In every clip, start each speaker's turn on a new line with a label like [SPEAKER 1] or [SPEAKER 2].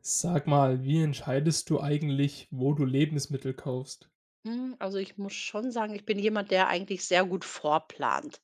[SPEAKER 1] Sag mal, wie entscheidest du eigentlich, wo du Lebensmittel kaufst?
[SPEAKER 2] Also, ich muss schon sagen, ich bin jemand, der eigentlich sehr gut vorplant.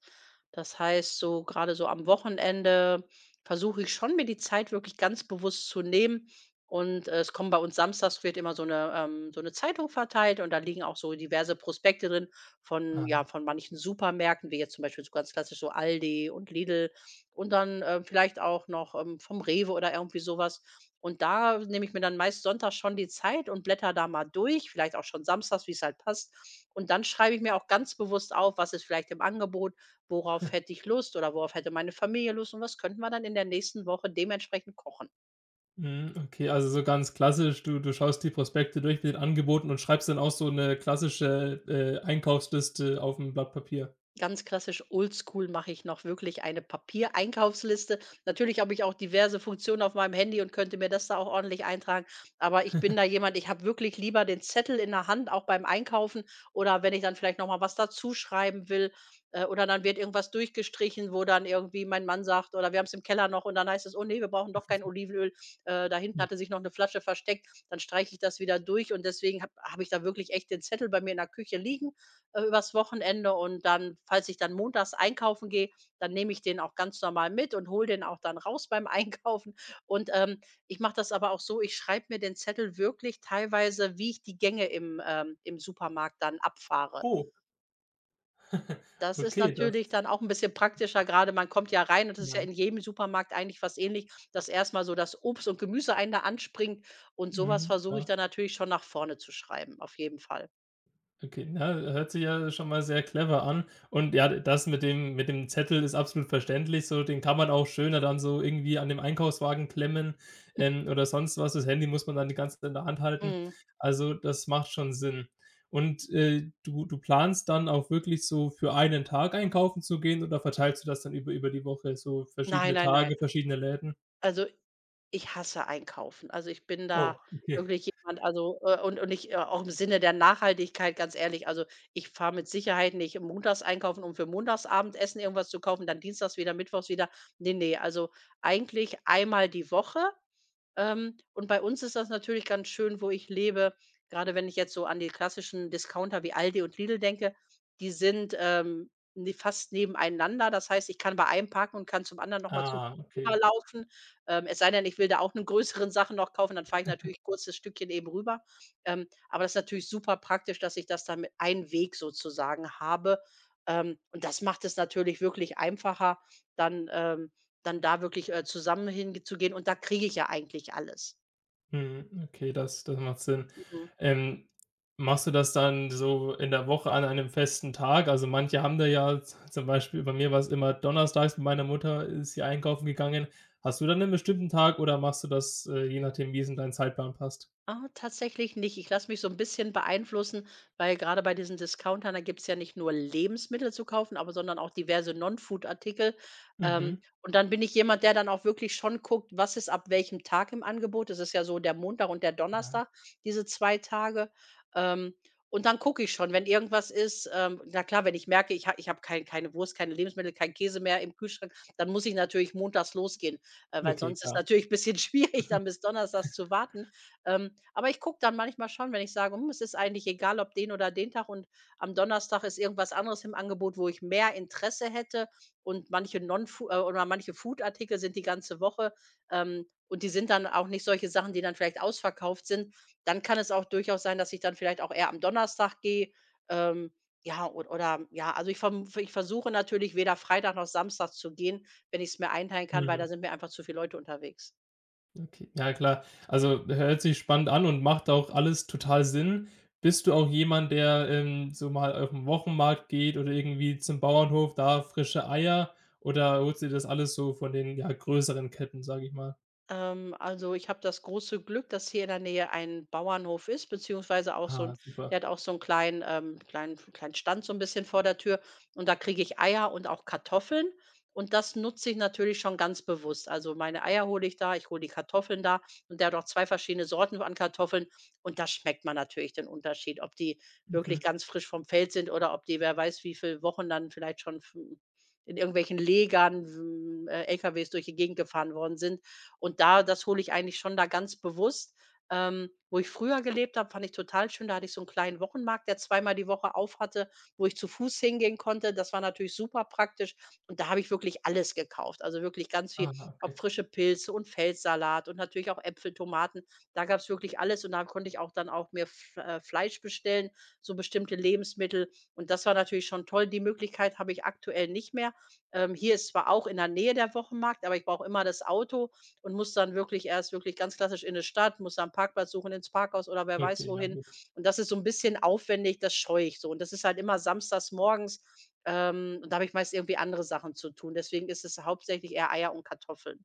[SPEAKER 2] Das heißt, so gerade so am Wochenende versuche ich schon, mir die Zeit wirklich ganz bewusst zu nehmen. Und, es kommen bei uns samstags wird immer so eine Zeitung verteilt und da liegen auch so diverse Prospekte drin von ja,
[SPEAKER 1] Aha.
[SPEAKER 2] von manchen Supermärkten, wie jetzt zum Beispiel so ganz klassisch so Aldi und Lidl und dann, vielleicht auch noch, vom Rewe oder irgendwie sowas. Und da nehme ich mir dann meist sonntags schon die Zeit und blätter da mal durch, vielleicht auch schon samstags, wie es halt passt. Und dann schreibe ich mir auch ganz bewusst auf, was ist vielleicht im Angebot, worauf hätte ich Lust oder worauf hätte meine Familie Lust und was könnten wir dann in der nächsten Woche dementsprechend kochen.
[SPEAKER 1] Mhm, okay, also so ganz klassisch, du schaust die Prospekte durch mit den Angeboten und schreibst dann auch so eine klassische, Einkaufsliste auf ein Blatt Papier?
[SPEAKER 2] Ganz klassisch oldschool mache ich noch wirklich eine Papiereinkaufsliste. Natürlich habe ich auch diverse Funktionen auf meinem Handy und könnte mir das da auch ordentlich eintragen. Aber ich bin da jemand, ich habe wirklich lieber den Zettel in der Hand, auch beim Einkaufen oder wenn ich dann vielleicht noch mal was dazuschreiben will, oder dann wird irgendwas durchgestrichen, wo dann irgendwie mein Mann sagt oder wir haben es im Keller noch und dann heißt es, oh nee, wir brauchen doch kein Olivenöl. Da hinten
[SPEAKER 1] Ja.
[SPEAKER 2] hatte sich noch eine Flasche versteckt. Dann streiche ich das wieder durch und deswegen habe hab hab ich da wirklich echt den Zettel bei mir in der Küche liegen übers Wochenende und dann falls ich dann montags einkaufen gehe, dann nehme ich den auch ganz normal mit und hole den auch dann raus beim Einkaufen. Und, ich mache das aber auch so, ich schreibe mir den Zettel wirklich teilweise, wie ich die Gänge im Supermarkt dann abfahre.
[SPEAKER 1] Oh,
[SPEAKER 2] Das ist
[SPEAKER 1] okay, das
[SPEAKER 2] natürlich dann auch ein bisschen praktischer. Gerade man kommt ja rein und das ist ja
[SPEAKER 1] ja,
[SPEAKER 2] in jedem Supermarkt eigentlich fast ähnlich, dass erstmal so das Obst und Gemüse einen da anspringt und sowas
[SPEAKER 1] mhm,
[SPEAKER 2] versuche ich
[SPEAKER 1] klar.
[SPEAKER 2] dann natürlich schon nach vorne zu schreiben, auf jeden Fall.
[SPEAKER 1] Okay, na, hört sich ja schon mal sehr clever an. Und ja, das mit dem Zettel ist absolut verständlich. So, den kann man auch schöner dann so irgendwie an dem Einkaufswagen klemmen, oder sonst was. Das Handy muss man dann die ganze Zeit in der Hand halten.
[SPEAKER 2] Mhm.
[SPEAKER 1] Also, das macht schon Sinn. Und, du planst dann auch wirklich so für einen Tag einkaufen zu gehen oder verteilst du das dann über die Woche, so
[SPEAKER 2] Nein,
[SPEAKER 1] verschiedene
[SPEAKER 2] nein,
[SPEAKER 1] Tage,
[SPEAKER 2] nein.
[SPEAKER 1] verschiedene Läden?
[SPEAKER 2] Also, ich hasse Einkaufen. Also, ich bin
[SPEAKER 1] Oh,
[SPEAKER 2] da
[SPEAKER 1] okay.
[SPEAKER 2] wirklich jemand also, und ich, auch im Sinne der Nachhaltigkeit, ganz ehrlich, also, ich fahre mit Sicherheit nicht montags einkaufen, um für Montagsabendessen irgendwas zu kaufen, dann dienstags wieder, mittwochs wieder. Ne, ne, also, eigentlich einmal die Woche, und bei uns ist das natürlich ganz schön, wo ich lebe. Gerade wenn ich jetzt so an die klassischen Discounter wie Aldi und Lidl denke, die sind, ne fast nebeneinander. Das heißt, ich kann bei einem parken und kann zum anderen noch mal zu
[SPEAKER 1] Ah, okay.
[SPEAKER 2] rüberlaufen. Es sei denn, ich will da auch einen größeren Sachen noch kaufen, dann fahre ich natürlich kurz das Stückchen eben rüber. Aber das ist natürlich super praktisch, dass ich das dann mit einem Weg sozusagen habe. Und das macht es natürlich wirklich einfacher, dann, ähm, dann da wirklich, zusammen hinzugehen und da kriege ich ja eigentlich alles.
[SPEAKER 1] Mhm, okay, das macht Sinn.
[SPEAKER 2] Mhm.
[SPEAKER 1] Ähm, machst du das dann so in der Woche an einem festen Tag? Also, manche haben da ja z zum Beispiel bei mir war es immer donnerstags, mit meiner Mutter ist sie einkaufen gegangen. Hast du dann einen bestimmten Tag oder machst du das, je nachdem, wie es in deinen Zeitplan passt?
[SPEAKER 2] Ah, tatsächlich nicht. Ich lasse mich so ein bisschen beeinflussen, weil gerade bei diesen Discountern, da gibt's ja nicht nur Lebensmittel zu kaufen, aber sondern auch diverse Non-Food-Artikel. Ähm,
[SPEAKER 1] Mhm.
[SPEAKER 2] und dann bin ich jemand, der dann auch wirklich schon guckt, was ist ab welchem Tag im Angebot. Das ist ja so der Montag und der
[SPEAKER 1] Ja,
[SPEAKER 2] Donnerstag, diese 2 Tage. Ähm, und dann gucke ich schon, wenn irgendwas ist, na klar, wenn ich merke, ich habe keine Wurst, keine Lebensmittel, keinen Käse mehr im Kühlschrank, dann muss ich natürlich montags losgehen, weil
[SPEAKER 1] okay,
[SPEAKER 2] sonst ist
[SPEAKER 1] klar.
[SPEAKER 2] natürlich ein bisschen schwierig, dann bis donnerstags zu warten. Aber ich gucke dann manchmal schon, wenn ich sage: „Hm, es ist eigentlich egal, ob den oder den Tag und am Donnerstag ist irgendwas anderes im Angebot, wo ich mehr Interesse hätte und manche non oder manche Food-Artikel sind die ganze Woche, und die sind dann auch nicht solche Sachen, die dann vielleicht ausverkauft sind." Dann kann es auch durchaus sein, dass ich dann vielleicht auch eher am Donnerstag gehe, ähm, ja, od oder ja, also ich versuche natürlich weder Freitag noch Samstag zu gehen, wenn ich es mir einteilen kann, weil da sind mir einfach zu viele Leute unterwegs.
[SPEAKER 1] Okay, ja, klar. Also, hört sich spannend an und macht auch alles total Sinn. Bist du auch jemand, der, so mal auf den Wochenmarkt geht oder irgendwie zum Bauernhof, da frische Eier, oder holst du dir das alles so von den, ja, größeren Ketten, sage ich mal?
[SPEAKER 2] Also ich habe das große Glück, dass hier in der Nähe ein Bauernhof ist, beziehungsweise auch so
[SPEAKER 1] Ah,
[SPEAKER 2] ein, der
[SPEAKER 1] super.
[SPEAKER 2] hat auch so einen kleinen Stand so ein bisschen vor der Tür und da kriege ich Eier und auch Kartoffeln und das nutze ich natürlich schon ganz bewusst. Also, meine Eier hole ich da, ich hole die Kartoffeln da und der hat auch 2 verschiedene Sorten an Kartoffeln und da schmeckt man natürlich den Unterschied, ob die
[SPEAKER 1] Mhm.
[SPEAKER 2] wirklich ganz frisch vom Feld sind oder ob die wer weiß wie viele Wochen dann vielleicht schon f in irgendwelchen Legern, w LKWs durch die Gegend gefahren worden sind. Und da das hole ich eigentlich schon da ganz bewusst. Wo ich früher gelebt habe, fand ich total schön. Da hatte ich so einen kleinen Wochenmarkt, der zweimal die Woche auf hatte, wo ich zu Fuß hingehen konnte. Das war natürlich super praktisch und da habe ich wirklich alles gekauft, also wirklich ganz viel,
[SPEAKER 1] Ah, okay.
[SPEAKER 2] ob frische Pilze und Feldsalat und natürlich auch Äpfel, Tomaten. Da gab es wirklich alles und da konnte ich auch dann auch mir F Fleisch bestellen, so bestimmte Lebensmittel und das war natürlich schon toll. Die Möglichkeit habe ich aktuell nicht mehr. Hier ist zwar auch in der Nähe der Wochenmarkt, aber ich brauche immer das Auto und muss dann wirklich erst wirklich ganz klassisch in 'ne Stadt, muss dann 'n Parkplatz suchen, ins Parkhaus oder wer weiß
[SPEAKER 1] Okay, ja,
[SPEAKER 2] wohin.
[SPEAKER 1] gut.
[SPEAKER 2] Und das ist so ein bisschen aufwendig, das scheue ich so. Und das ist halt immer samstags morgens, und da habe ich meist irgendwie andere Sachen zu tun. Deswegen ist es hauptsächlich eher Eier und Kartoffeln.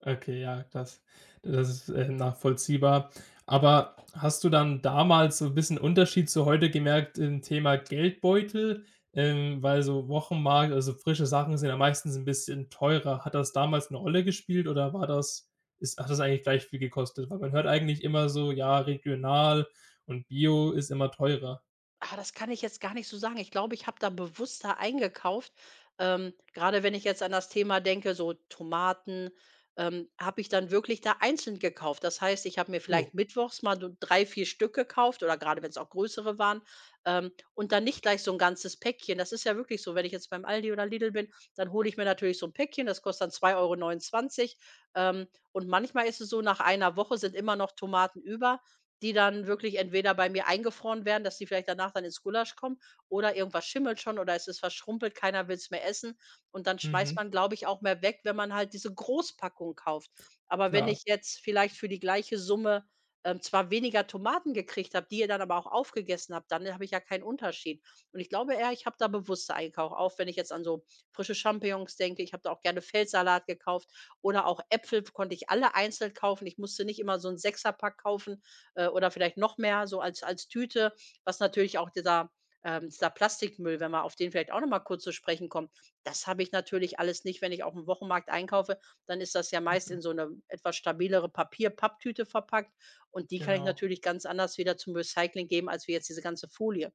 [SPEAKER 1] Okay, ja, das ist, nachvollziehbar. Aber hast du dann damals so ein bisschen Unterschied zu heute gemerkt im Thema Geldbeutel? Weil so Wochenmarkt, also frische Sachen sind ja meistens ein bisschen teurer. Hat das damals eine Rolle gespielt oder war das ist hat das eigentlich gleich viel gekostet? Weil man hört eigentlich immer so: „Ja, regional und Bio ist immer teurer.“
[SPEAKER 2] Ah, das kann ich jetzt gar nicht so sagen. Ich glaube, ich habe da bewusster eingekauft. Grade wenn ich jetzt an das Thema denke, so Tomaten, habe ich dann wirklich da einzeln gekauft. Das heißt, ich habe mir
[SPEAKER 1] Oh,
[SPEAKER 2] vielleicht mittwochs mal so 3, 4 Stück gekauft oder gerade wenn es auch größere waren, und dann nicht gleich so ein ganzes Päckchen. Das ist ja wirklich so, wenn ich jetzt beim Aldi oder Lidl bin, dann hole ich mir natürlich so ein Päckchen, das kostet dann 2,29 €. Ähm, und manchmal ist es so, nach einer Woche sind immer noch Tomaten über. Die dann wirklich entweder bei mir eingefroren werden, dass die vielleicht danach dann ins Gulasch kommen oder irgendwas schimmelt schon oder es ist verschrumpelt, keiner will es mehr essen. Und dann schmeißt
[SPEAKER 1] mhm,
[SPEAKER 2] man, glaube ich, auch mehr weg, wenn man halt diese Großpackung kauft. Aber wenn
[SPEAKER 1] klar.
[SPEAKER 2] ich jetzt vielleicht für die gleiche Summe, zwar weniger Tomaten gekriegt habe, die ihr dann aber auch aufgegessen habt, dann habe ich ja keinen Unterschied. Und ich glaube eher, ich habe da bewusster eingekauft, auch wenn ich jetzt an so frische Champignons denke. Ich habe da auch gerne Feldsalat gekauft oder auch Äpfel konnte ich alle einzeln kaufen. Ich musste nicht immer so einen Sechserpack kaufen, oder vielleicht noch mehr so als Tüte, was natürlich auch dieser Plastikmüll, wenn wir auf den vielleicht auch noch mal kurz zu sprechen kommen, das habe ich natürlich alles nicht, wenn ich aufm Wochenmarkt einkaufe, dann ist das ja meist
[SPEAKER 1] Mhm,
[SPEAKER 2] in so eine etwas stabilere Papier-Papptüte verpackt und die kann ich
[SPEAKER 1] genau.
[SPEAKER 2] natürlich ganz anders wieder zum Recycling geben als wie jetzt diese ganze Folie.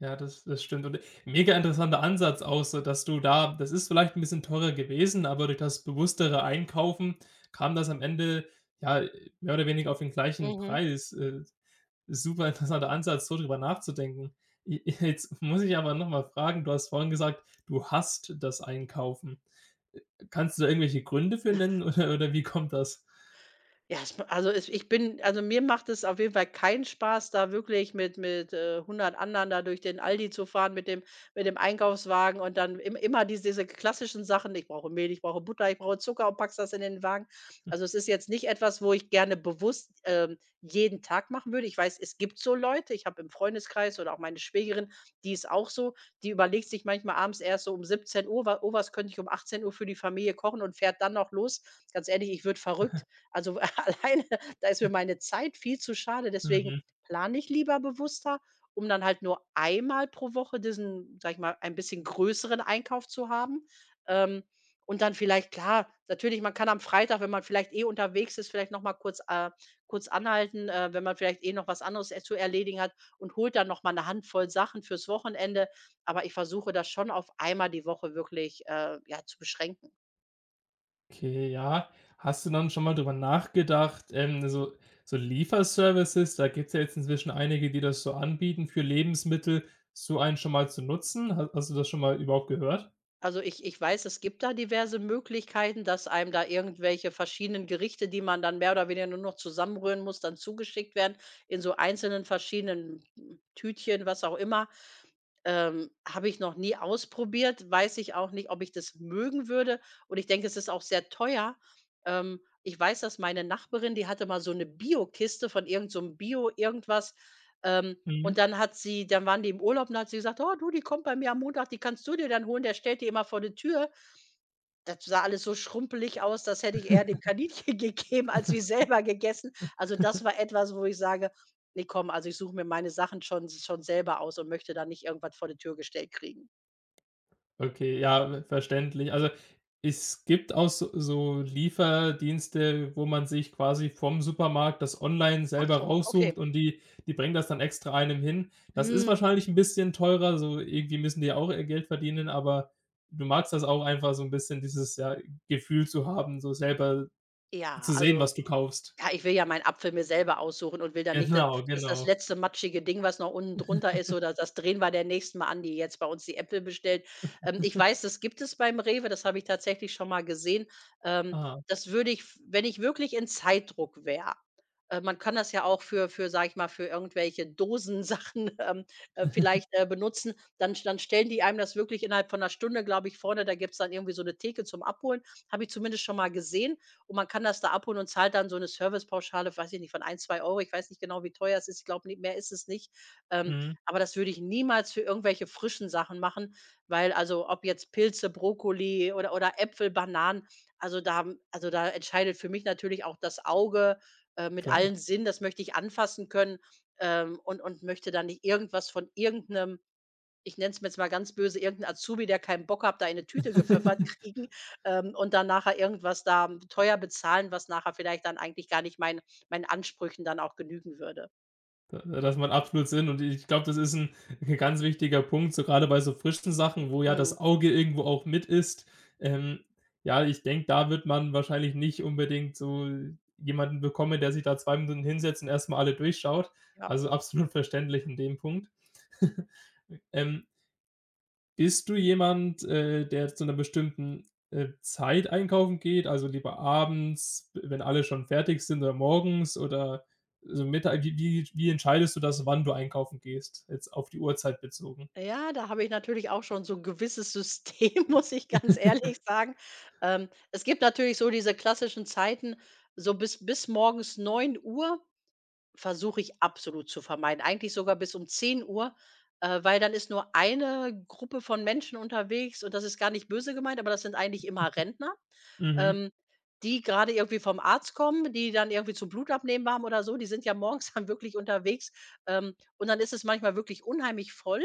[SPEAKER 1] Ja, das das stimmt und mega interessanter Ansatz auch so, dass du da das ist vielleicht ein bisschen teurer gewesen, aber durch das bewusstere Einkaufen kam das am Ende, ja, mehr oder weniger auf den gleichen
[SPEAKER 2] Mhm.
[SPEAKER 1] Preis. Super interessanter Ansatz, so drüber nachzudenken. J Jetzt muss ich aber noch mal fragen, du hast vorhin gesagt, du hasst das Einkaufen. Äh, kannst du da irgendwelche Gründe für nennen oder wie kommt das?
[SPEAKER 2] Ja, es ma also, es mir macht es auf jeden Fall keinen Spaß, da wirklich mit 100 anderen da durch den Aldi zu fahren mit dem Einkaufswagen und dann im immer diese klassischen Sachen: „Ich brauche Mehl, ich brauche Butter, ich brauche Zucker" und packst das in den Wagen. Also, es ist jetzt nicht etwas, wo ich gerne bewusst, jeden Tag machen würde. Ich weiß, es gibt so Leute, ich habe im Freundeskreis oder auch meine Schwägerin, die ist auch so, die überlegt sich manchmal abends erst so um 17:00: „Wa oh, was könnte ich um 18 Uhr für die Familie kochen?" und fährt dann noch los. Ganz ehrlich, ich würde verrückt. Also alleine, da ist mir meine Zeit viel zu schade. Deswegen
[SPEAKER 1] Mhm.
[SPEAKER 2] plane ich lieber bewusster, um dann halt nur einmal pro Woche diesen, sage ich mal, ein bisschen größeren Einkauf zu haben. Ähm, und dann vielleicht, klar, natürlich, man kann am Freitag, wenn man vielleicht eh unterwegs ist, vielleicht nochmal kurz anhalten, wenn man vielleicht eh noch was anderes zu erledigen hat und holt dann nochmal eine Handvoll Sachen fürs Wochenende. Aber ich versuche das schon auf einmal die Woche wirklich ja, zu beschränken.
[SPEAKER 1] Okay, ja. Hast du dann schon mal drüber nachgedacht, so Lieferservices, da gibt's ja jetzt inzwischen einige, die das so anbieten für Lebensmittel, so einen schon mal zu nutzen. Ha Hast du das schon mal überhaupt gehört?
[SPEAKER 2] Also, ich weiß, es gibt da diverse Möglichkeiten, dass einem da irgendwelche verschiedenen Gerichte, die man dann mehr oder weniger nur noch zusammenrühren muss, dann zugeschickt werden in so einzelnen verschiedenen Tütchen, was auch immer. Habe ich noch nie ausprobiert, weiß ich auch nicht, ob ich das mögen würde, und ich denke, es ist auch sehr teuer. Ich weiß, dass meine Nachbarin, die hatte mal so eine Bio-Kiste von irgend so 'm Bio irgendwas, ähm, und
[SPEAKER 1] Mhm.
[SPEAKER 2] dann hat sie dann waren die im Urlaub und hat sie gesagt: „Oh du, die kommt bei mir am Montag, die kannst du dir dann holen, der stellt die immer vor die Tür.“ Das sah alles so schrumpelig aus, das hätte ich eher dem Kaninchen gegeben als mir selber gegessen. Also, das war etwas, wo ich sage: nee, komm, also ich suche mir meine Sachen schon selber aus und möchte da nicht irgendwas vor die Tür gestellt kriegen.“
[SPEAKER 1] Okay, ja, verständlich. Also, es gibt auch so Lieferdienste, wo man sich quasi vom Supermarkt das online
[SPEAKER 2] Ach
[SPEAKER 1] selber
[SPEAKER 2] so,
[SPEAKER 1] raussucht
[SPEAKER 2] okay.
[SPEAKER 1] und die bringen das dann extra einem hin. Das ist
[SPEAKER 2] Hm,
[SPEAKER 1] wahrscheinlich ein bisschen teurer, so irgendwie müssen die ja auch ihr Geld verdienen, aber du magst das auch einfach so ein bisschen dieses, ja, Gefühl zu haben, so selber
[SPEAKER 2] ja,
[SPEAKER 1] zu sehen, was
[SPEAKER 2] also.
[SPEAKER 1] du kaufst.
[SPEAKER 2] Ja, ich will ja meinen Apfel mir selber aussuchen und will dann nicht, dass
[SPEAKER 1] Genau,
[SPEAKER 2] dass das
[SPEAKER 1] genau.
[SPEAKER 2] letzte matschige Ding, was noch unten drunter ist oder das drehen wir der nächsten Mal an, die jetzt bei uns die Äpfel bestellt. Ich weiß, das gibt es beim Rewe, das habe ich tatsächlich schon mal gesehen. Ähm,
[SPEAKER 1] Ah,
[SPEAKER 2] Das würde ich, f wenn ich wirklich in Zeitdruck wäre, man kann das ja auch für, sage ich mal, für irgendwelche Dosensachen, vielleicht, benutzen, dann stellen die einem das wirklich innerhalb von einer Stunde, glaube ich, vorne, da gibt's dann irgendwie so eine Theke zum Abholen, habe ich zumindest schon mal gesehen. Und man kann das da abholen und zahlt dann so eine Servicepauschale, weiß ich nicht, von ein 2 Euro. Ich weiß nicht genau, wie teuer es ist. Ich glaube, ne, mehr ist es nicht. Ähm,
[SPEAKER 1] mhm,
[SPEAKER 2] aber das würde ich niemals für irgendwelche frischen Sachen machen, weil, also, ob jetzt Pilze, Brokkoli oder Äpfel, Bananen, also da, also da entscheidet für mich natürlich auch das Auge, mit
[SPEAKER 1] klar.
[SPEAKER 2] allen Sinnen. Das möchte ich anfassen können, und möchte dann nicht irgendwas von irgendeinem, ich nenne es mir jetzt mal ganz böse, irgendein Azubi, der keinen Bock hat, da in 'ne Tüte gepfeffert kriegen, und dann nachher irgendwas da teuer bezahlen, was nachher vielleicht dann eigentlich gar nicht meinen Ansprüchen dann auch genügen würde.
[SPEAKER 1] Da das macht absolut Sinn und ich glaube, das ist ein ganz wichtiger Punkt, so grade bei so frischen Sachen, wo ja
[SPEAKER 2] Mhm,
[SPEAKER 1] das Auge irgendwo auch mit ist. Ähm, ja, ich denke, da wird man wahrscheinlich nicht unbedingt so jemanden bekommen, der sich da 2 Minuten hinsetzt und erst mal alle durchschaut.
[SPEAKER 2] ja.
[SPEAKER 1] Also, absolut verständlich in dem Punkt. Ähm, bist du jemand, der zu einer bestimmten, Zeit einkaufen geht? Also, lieber abends, wenn alle schon fertig sind oder morgens oder so Mittag? Wie entscheidest du das, wann du einkaufen gehst, jetzt auf die Uhrzeit bezogen?
[SPEAKER 2] Ja, da habe ich natürlich auch schon so 'n gewisses System, muss ich ganz ehrlich sagen. Es gibt natürlich so diese klassischen Zeiten, so bis morgens 9 Uhr. Versuche ich absolut zu vermeiden. Eigentlich sogar bis um 10 Uhr, weil dann ist nur eine Gruppe von Menschen unterwegs, und das ist gar nicht böse gemeint, aber das sind eigentlich immer Rentner,
[SPEAKER 1] Mhm,
[SPEAKER 2] ähm, die gerade irgendwie vom Arzt kommen, die dann irgendwie zum Blutabnehmen waren oder so, die sind ja morgens dann wirklich unterwegs. Und dann ist es manchmal wirklich unheimlich voll.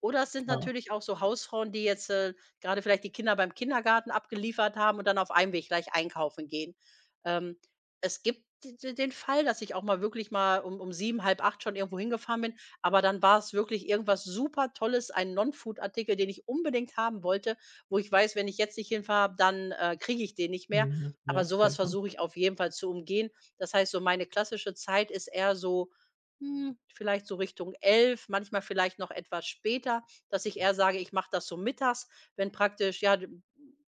[SPEAKER 2] Oder es sind
[SPEAKER 1] klar.
[SPEAKER 2] natürlich auch so Hausfrauen, die jetzt, grade vielleicht die Kinder beim Kindergarten abgeliefert haben und dann auf einem Weg gleich einkaufen gehen. Ähm, es gibt d d den Fall, dass ich auch mal wirklich mal um sieben, halb acht schon irgendwo hingefahren bin, aber dann war es wirklich irgendwas super Tolles, ein Non-Food-Artikel, den ich unbedingt haben wollte, wo ich weiß, wenn ich jetzt nicht hinfahre, dann, kriege ich den nicht mehr.
[SPEAKER 1] Mhm,
[SPEAKER 2] Aber
[SPEAKER 1] ja,
[SPEAKER 2] sowas
[SPEAKER 1] kennt man.
[SPEAKER 2] versuche ich auf jeden Fall zu umgehen. Das heißt so, meine klassische Zeit ist eher so, hm, vielleicht so Richtung elf, manchmal vielleicht noch etwas später, dass ich eher sage, ich mache das so mittags, wenn praktisch, ja, d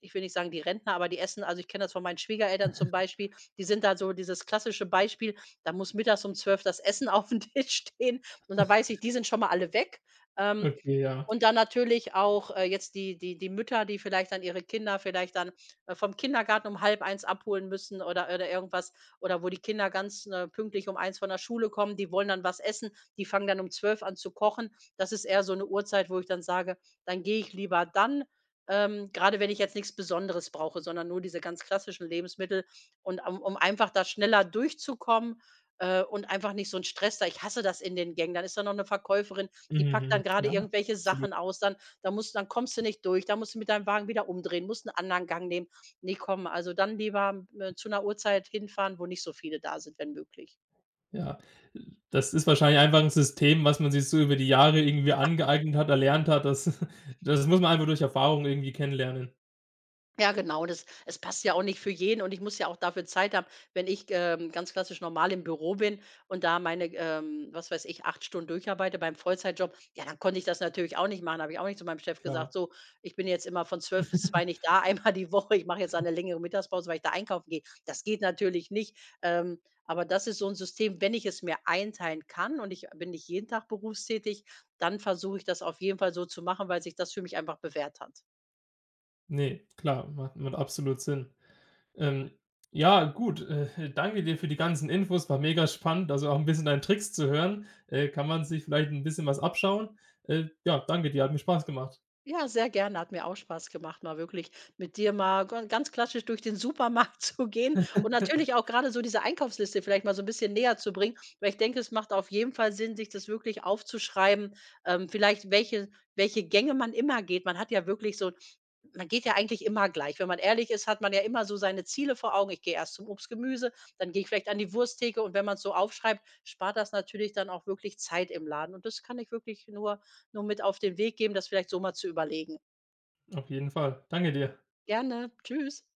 [SPEAKER 2] ich will nicht sagen die Rentner, aber die essen, also ich kenne das von meinen Schwiegereltern zum Beispiel, die sind da so dieses klassische Beispiel, da muss mittags um 12 das Essen auf aufm Tisch stehen und da weiß ich, die sind schon mal alle weg. Ähm,
[SPEAKER 1] Okay, ja.
[SPEAKER 2] und dann natürlich auch, jetzt die Mütter, die vielleicht dann ihre Kinder vielleicht dann, vom Kindergarten um halb eins abholen müssen oder irgendwas oder wo die Kinder ganz, ne, pünktlich um eins von der Schule kommen, die wollen dann was essen, die fangen dann um zwölf an zu kochen. Das ist eher so eine Uhrzeit, wo ich dann sage, dann gehe ich lieber dann, grade wenn ich jetzt nichts Besonderes brauche, sondern nur diese ganz klassischen Lebensmittel und um einfach da schneller durchzukommen, und einfach nicht so ein Stress da, ich hasse das in den Gängen. Dann ist da noch eine Verkäuferin, die packt
[SPEAKER 1] Mhm,
[SPEAKER 2] dann gerade
[SPEAKER 1] ja,
[SPEAKER 2] irgendwelche
[SPEAKER 1] absolut.
[SPEAKER 2] Sachen aus, dann da musst dann kommst du nicht durch, da musst du mit deinem Wagen wieder umdrehen, musst einen anderen Gang nehmen. Ne, komm, also dann lieber, zu einer Uhrzeit hinfahren, wo nicht so viele da sind, wenn möglich.
[SPEAKER 1] Ja, das ist wahrscheinlich einfach ein System, was man sich so über die Jahre irgendwie angeeignet hat, erlernt hat. Das das muss man einfach durch Erfahrung irgendwie kennenlernen.
[SPEAKER 2] Ja, genau, das es passt ja auch nicht für jeden und ich muss ja auch dafür Zeit haben, wenn ich, ganz klassisch normal im Büro bin und da meine, was weiß ich, 8 Stunden durcharbeite beim Vollzeitjob, ja, dann konnte ich das natürlich auch nicht machen. Habe ich auch nicht zu meinem Chef
[SPEAKER 1] Klar.
[SPEAKER 2] gesagt: „So, ich bin jetzt immer von 12 bis 2 nicht da, einmal die Woche. Ich mache jetzt eine längere Mittagspause, weil ich da einkaufen gehe.“ Das geht natürlich nicht. Ähm, aber das ist so ein System, wenn ich es mir einteilen kann und ich bin nicht jeden Tag berufstätig, dann versuche ich das auf jeden Fall so zu machen, weil sich das für mich einfach bewährt hat.
[SPEAKER 1] Ne, klar, macht absolut Sinn. Ähm, ja, gut, danke dir für die ganzen Infos, war mega spannend, also auch ein bisschen deine Tricks zu hören. Kann man sich vielleicht ein bisschen was abschauen. Ja, danke dir, hat mir Spaß gemacht.
[SPEAKER 2] Ja, sehr gerne. Hat mir auch Spaß gemacht, mal wirklich mit dir mal ganz klassisch durch den Supermarkt zu gehen und natürlich auch gerade so diese Einkaufsliste vielleicht mal so ein bisschen näher zu bringen, weil ich denke, es macht auf jeden Fall Sinn, sich das wirklich aufzuschreiben, vielleicht welche welche Gänge man immer geht. Man hat ja wirklich so, man geht ja eigentlich immer gleich. Wenn man ehrlich ist, hat man ja immer so seine Ziele vor Augen. Ich gehe erst zum Obst, Gemüse, dann gehe ich vielleicht an die Wursttheke und wenn man es so aufschreibt, spart das natürlich dann auch wirklich Zeit im Laden und das kann ich wirklich nur mit auf den Weg geben, das vielleicht so mal zu überlegen.
[SPEAKER 1] Auf jeden Fall. Danke dir.
[SPEAKER 2] Gerne. Tschüss.